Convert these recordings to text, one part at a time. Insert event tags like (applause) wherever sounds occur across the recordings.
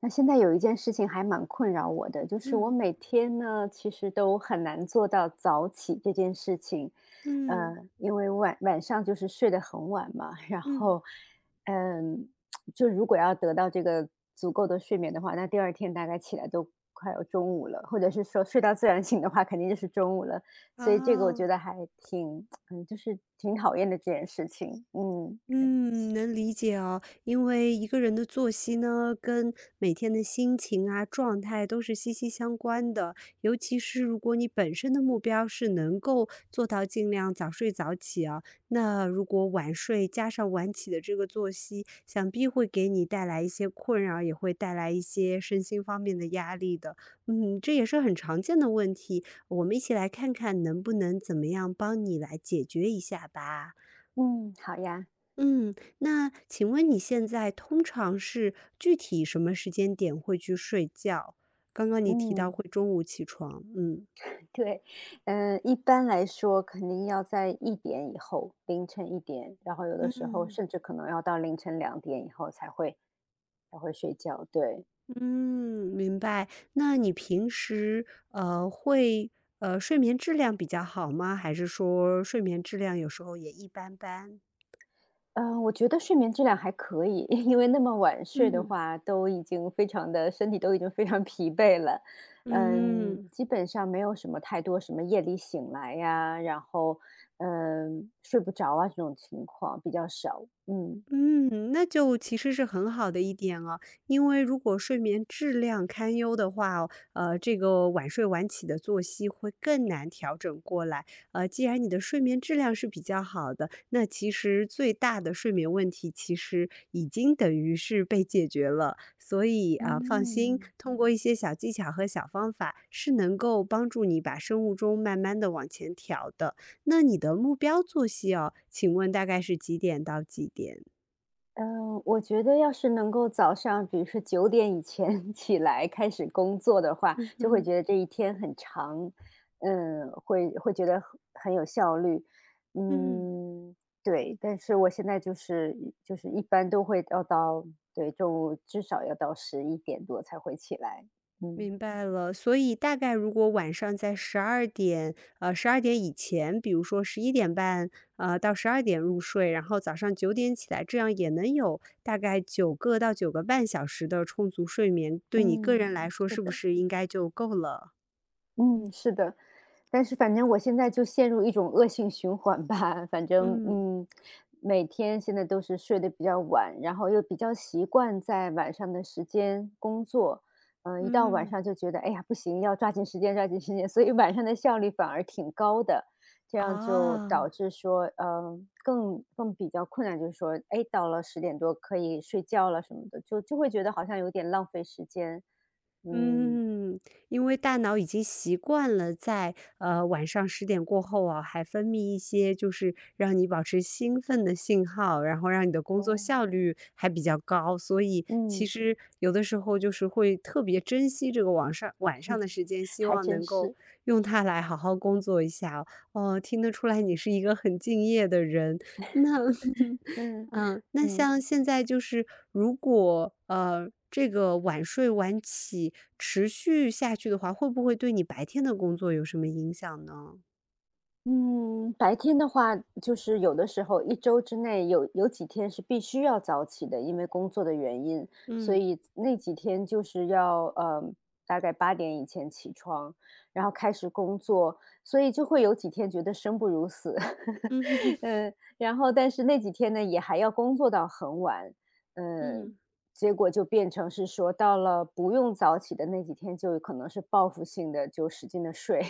那现在有一件事情还蛮困扰我的，就是我嗯每天呢，其实都很难做到早起这件事情，嗯因为晚上就是睡得很晚嘛，然嗯，后，嗯，就如果要得到这个足够的睡眠的话，那第二天大概起来都快要中午了，或者是说睡到自然醒的话，肯定就是中午了，所以这个我觉哦，得还挺，就是挺讨厌的这件事情，嗯。嗯，能理解哦，因为一个人的作息呢，跟每天的心情啊、状态都是息息相关的。尤其是如果你本身的目标是能够做到尽量早睡早起啊，那如果晚睡加上晚起的这个作息，想必会给你带来一些困扰，也会带来一些身心方面的压力的。嗯，这也是很常见的问题，我们一起来看看能不能怎么样帮你来解决一下吧。嗯，好呀，嗯，那请问你现在通常是具体什么时间点会去睡觉？刚刚你提到嗯。会中午起床，嗯对，一般来说肯定要在一点以后，凌晨一点，然后有的时候嗯甚至可能要到凌晨2点以后才会睡觉，对。嗯，明白。那你平时会睡眠质量比较好吗？还是说睡眠质量有时候也一般般？嗯，我觉得睡眠质量还可以，(laughs) 因为那么晚睡的嗯话，都已经非常的身体都已经非常疲惫了。嗯，嗯。基本上没有什么太多什么夜里醒来呀，然后，睡不着啊，这种情况比较少，嗯。嗯，那就其实是很好的一点哦，因为如果睡眠质量堪忧的话哦这个晚睡晚起的作息会更难调整过来。既然你的睡眠质量是比较好的，那其实最大的睡眠问题其实已经等于是被解决了。所以啊，放心，嗯。通过一些小技巧和小方法，是能够帮助你把生物钟慢慢的往前调的。那你的目标作息哦，请问大概是几点到几点？嗯，我觉得要是能够早上，比如说9点以前 (laughs) 起来开始工作的话，嗯就会哼，觉得这一天很长，会觉得很有效率。嗯，嗯，对，但是我现在就是一般都会要到，对，中午至少要到11点多才会起来。嗯，明白了。所以大概如果晚上在十二点，十二点以前，比如说十一点半，到十二点入睡，然后早上9点起来，这样也能有大概9个到9个半小时的充足睡眠，对你个嗯，人来说是是不的，是应该就够了？嗯，是的。但是反正我现在就陷入一种恶性循环吧，(laughs) 反正嗯，每天现在都是睡得比较晚，然后又比较习惯在晚上的时间工作，嗯，一到晚嗯，上就觉得哎呀不行，要抓紧时间，抓紧时间，所以晚上的效率反而挺高的，这样就导啊。致说，更比较困难，就是说，哎，到了10点多可以睡觉了什么的，就会觉得好像有点浪费时间，嗯。嗯，因为大脑已经习惯了在，晚上10点过后啊，还分泌一些就是让你保持兴奋的信号，然后让你的工作哦，效率还比较高，所以其嗯，实有的时候就是会特别珍惜这个网上晚上的时间，希还望真能够是。用它来好好工作一下哦。哦，听得出来你是一个很敬业的人，那 (laughs) 嗯，嗯，那嗯，像现在就是如果，这个晚睡晚起持续下去的话，会不会对你白天的工作有什么影响呢？嗯，白天的话，就是有的时候一周之内有几天是必须要早起的，因为工作的原因，所嗯，以那几天就是要大概8点以前起床，然后开始工作，所以就会有几天觉得生不如死，嗯 (laughs) (laughs)，嗯，然后但是那几天呢也还要工作到很晚，嗯，嗯，结果就变成是说到了不用早起的那几天，就有可能是报复性的就使劲的睡。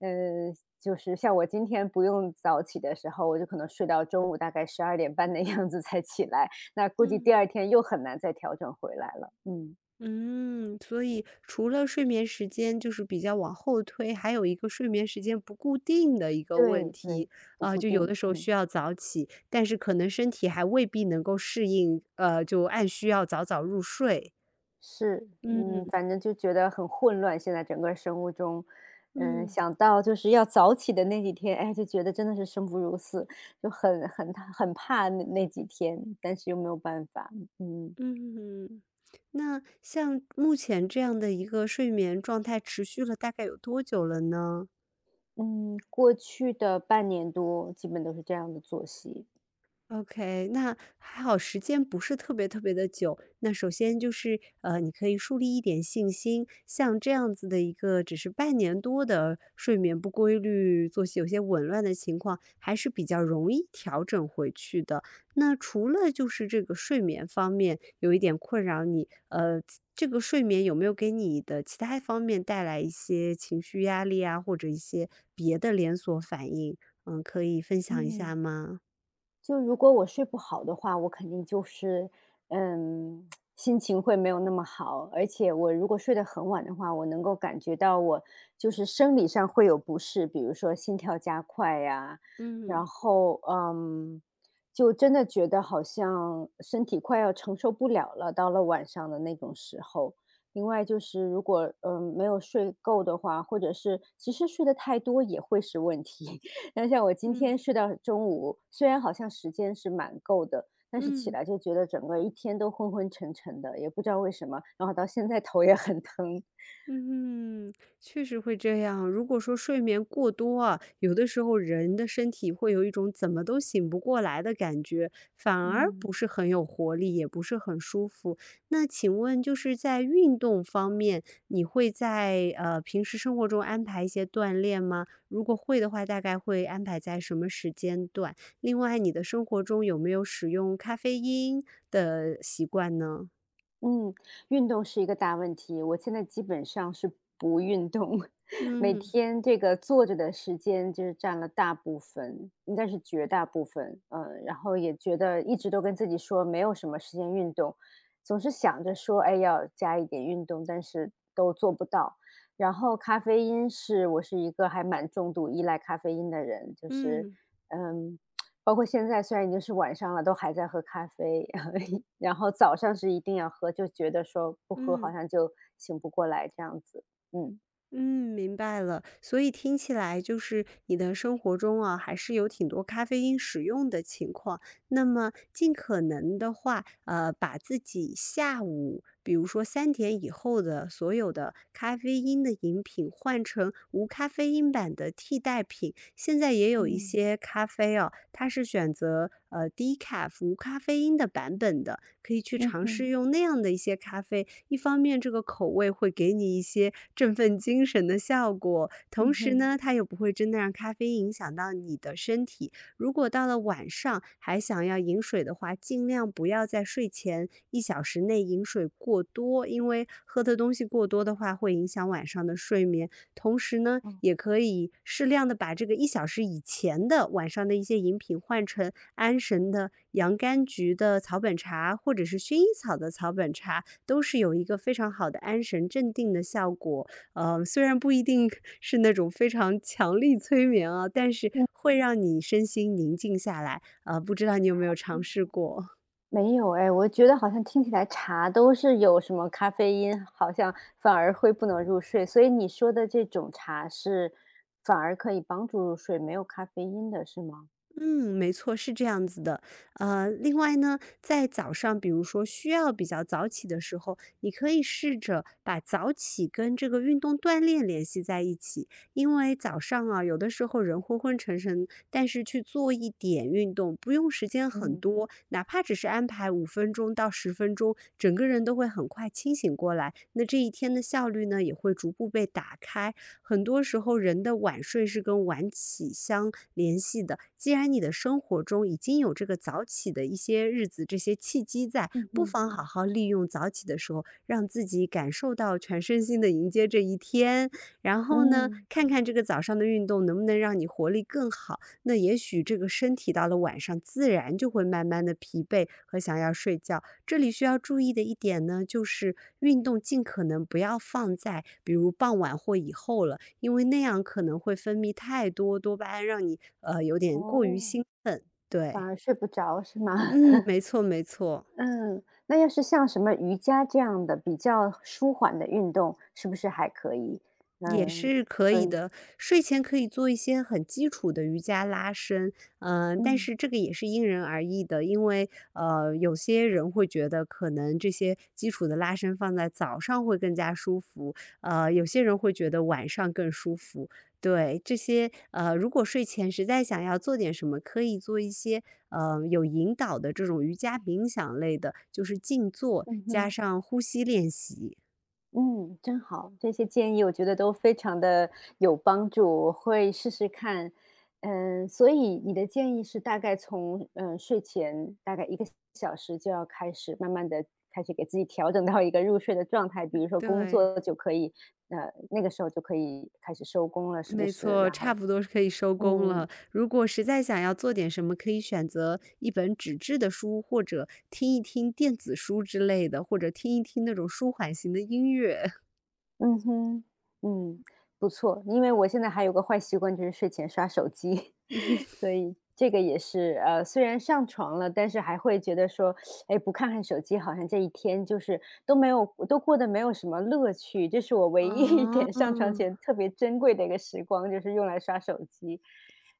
嗯，就是像我今天不用早起的时候，我就可能睡到中午大概12点半的 (laughs) 样子才起来，那估计第嗯，二天又很难再调整回来了。嗯，嗯，所以除了睡眠时间就是比较往后推，还有一个睡眠时间不固定的一个问对题。对，不啊，固就有定，的时候嗯，需要早起，但是可能身体还未必能够适应，就按需要早早入睡。是，嗯，嗯，反正就觉得很混乱，现在整个生物钟。嗯，嗯。想到就是要早起的那几天，哎，就觉得真的是生不如死，就很怕那几天，但是又没有办法。嗯嗯，嗯，那像目前这样的一个睡眠状态持续了大概有多久了呢？嗯过去的半年多基本都是这样的作息。OK,那还好时间不是特别特别的久。那首先就是，你可以树立一点信心，像这样子的一个只是半年多的睡眠不规律、作息有些紊乱的情况，还是比较容易调整回去的。那除了就是这个睡眠方面有一点困扰你，这个睡眠有没有给你的其他方面带来一些情绪压力啊，或者一些别的连锁反应？嗯，可以分享一下嗯，吗？就如果我睡不好的话，我肯定就是，嗯，(tsk) 心情会没有那么好。而且我如果睡得很晚的话，我能够感觉到我就是生理上会有不适，比如说心跳加快呀，然嗯，后就真的觉得好像身体快要承受不了了，到了晚上的那种时候。另外就是，如果没有睡够的话，或者是其实睡得太多也会是问题。然后像我今嗯天睡到中午，虽然好像时间是蛮够的，但是起嗯来就觉得整个一天都昏昏沉沉的，也不知道为什么，然后到现在头也很疼。嗯，确实会这样。如果说睡眠过多啊，有的时候人的身体会有一种怎么都醒不过来的感觉，反而嗯。不是很有活力，也不是很舒服。那请问，就是在运动方面，你会在平时生活中安排一些锻炼吗？如果会的话，大概会安排在什么时间段？另外，你的生活中有没有使用咖啡因的习惯呢？嗯，运动是一个大问题，我现在基本上是不运动，(laughs) 每嗯嗯天这个坐着的时间就是占了大部分，应该是绝大部分，嗯，然后也觉得一直都跟自己说没有什么时间运动，总是想着说，哎，要加一点运动，但是都做不到。然后咖啡因是我是一个还蛮重度依赖咖啡因的人，就是，嗯。嗯，包括现在虽然已经是晚上了，都还在喝咖啡，(laughs) 然后早上是一定要喝，就觉得说不喝好像就醒不过来这样子。嗯。嗯，明白了。所以听起来就是你的生活中啊，还是有挺多咖啡因使用的情况。那么尽可能的话，把自己下午，比如说3点以后的所有的咖啡因的饮品换成无咖啡因版的替代品，现在也有一嗯，些咖啡哦，它是选择低卡无咖啡因的版本的，可以去嗯尝试哼，用那样的一些咖啡。一方面，这个口味会给你一些振奋精神的效果，同嗯时哼，呢，它又不会真的让咖啡因影响到你的身体。如果到了晚上还想要饮水的话，尽量不要在睡前一小时内饮水过多，因为喝的东西过多的话，会影响晚上的睡眠。同时呢，哦。也可以适量的把这个一小时以前的晚上的一些饮品换成安神的洋甘菊的草本茶，或者是薰衣草的草本茶，都是有一个非常好的安神镇定的效果。虽然不一定 (laughs) 是那种非常强力催眠啊，但是嗯会让你身心宁静下来。不知道你有没有尝试嗯，过？没有哎，我觉得好像听起来茶都是有什么咖啡因，好像反而会不能入睡，所以你说的这种茶是反而可以帮助入睡，没有咖啡因的是吗？嗯，没错，是这样子的。另外呢，在早上，比如说需要比较早起的时候，你可以试着把早起跟这个运动锻炼联系在一起。因为早上啊，有的时候人昏昏沉沉，但是去做一点运动，不用时间很嗯。多，哪怕只是安排5分钟到10分钟，整个人都会很快清醒过来。那这一天的效率呢，也会逐步被打开。很多时候人的晚睡是跟晚起相联系的。既然你的生活中已经有这个早起的一些日子、这些契机在，嗯不哼，妨好好利用早起的时候，让自己感受到全身心的迎接这一天。然后呢，嗯，看看这个早上的运动能不能让你活力更好。那也许这个身体到了晚上，自然就会慢慢的疲惫和想要睡觉。这里需要注意的一点呢，就是运动尽可能不要放在比如傍晚或以后了，因为那样可能会分泌太多多巴胺，让你有点过于哦。兴。反对，而睡不着是吗？嗯，(laughs) 没错没错。嗯，那要是像什么瑜伽这样的比较舒缓的运动，是不是还可以？也嗯，是可所以以，的，睡前可以做一些很基础的瑜伽拉伸，嗯，但嗯是这个也是因人而异的，因为有些人会觉得可能这些基础的拉伸放在早上会更加舒服，有些人会觉得晚上更舒服。对，这些，如果睡前实在想要做点什么，可以做一些有引导的这种瑜伽冥想类的，就是静坐嗯加嗯上呼吸练习。嗯，真好，这些建议我觉得都非常的有帮助，我会试试看。嗯，所以你的建议是大概从睡前大概1个小时就要开始，慢慢的开始给自己调整到一个入睡的状态，比如说工对。作就可以，那个时候就可以开始收工了，是不没是？错，然差后，不多是可以收工了。嗯。如果实在想要做点什么，可以选择一本纸质的书，或者听一听电子书之类的，或者听一听那种舒缓型的音乐。嗯哼，嗯，不错。因为我现在还有个坏习惯，就是睡前刷手机，(laughs) (laughs) 所以这个也是，虽然上床了，但是还会觉得说，哎，不看看手机，好像这一天就是都过得没有什么乐趣。这是我唯一一哦，点上床前特别珍贵的一个时光，就是用来刷手机，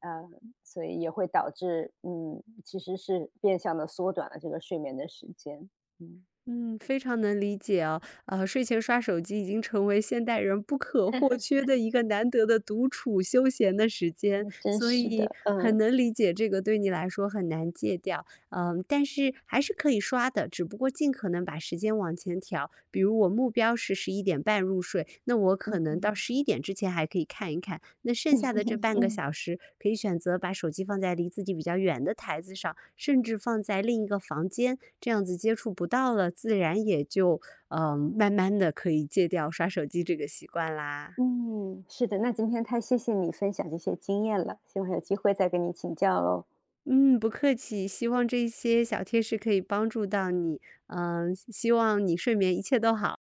呃，所以也会导致，嗯，其实是变相的缩短了这个睡眠的时间，嗯。嗯，非常能理解啊。睡前刷手机已经成为现代人不可或缺的一个难得的独处休闲的时间，还真所是以的，很嗯。能理解这个对你来说很难戒掉。嗯，但是还是可以刷的，只不过尽可能把时间往前调。比如我目标是十一点半入睡，那我可嗯能到嗯十一点之前还可以看一看，那剩下的这半个嗯。小 (laughs) 时可以选择把手机放在离自己比较远的台子上，甚至放在另一个房间，这样子接触不到了，自然也就，嗯，慢慢的可以戒掉刷手机这个习惯啦。嗯，是的，那今天太谢谢你分享这些经验了，希望有机会再跟你请教喽。嗯，不客气，希望这些小贴士可以帮助到你，嗯，希望你睡眠一切都好。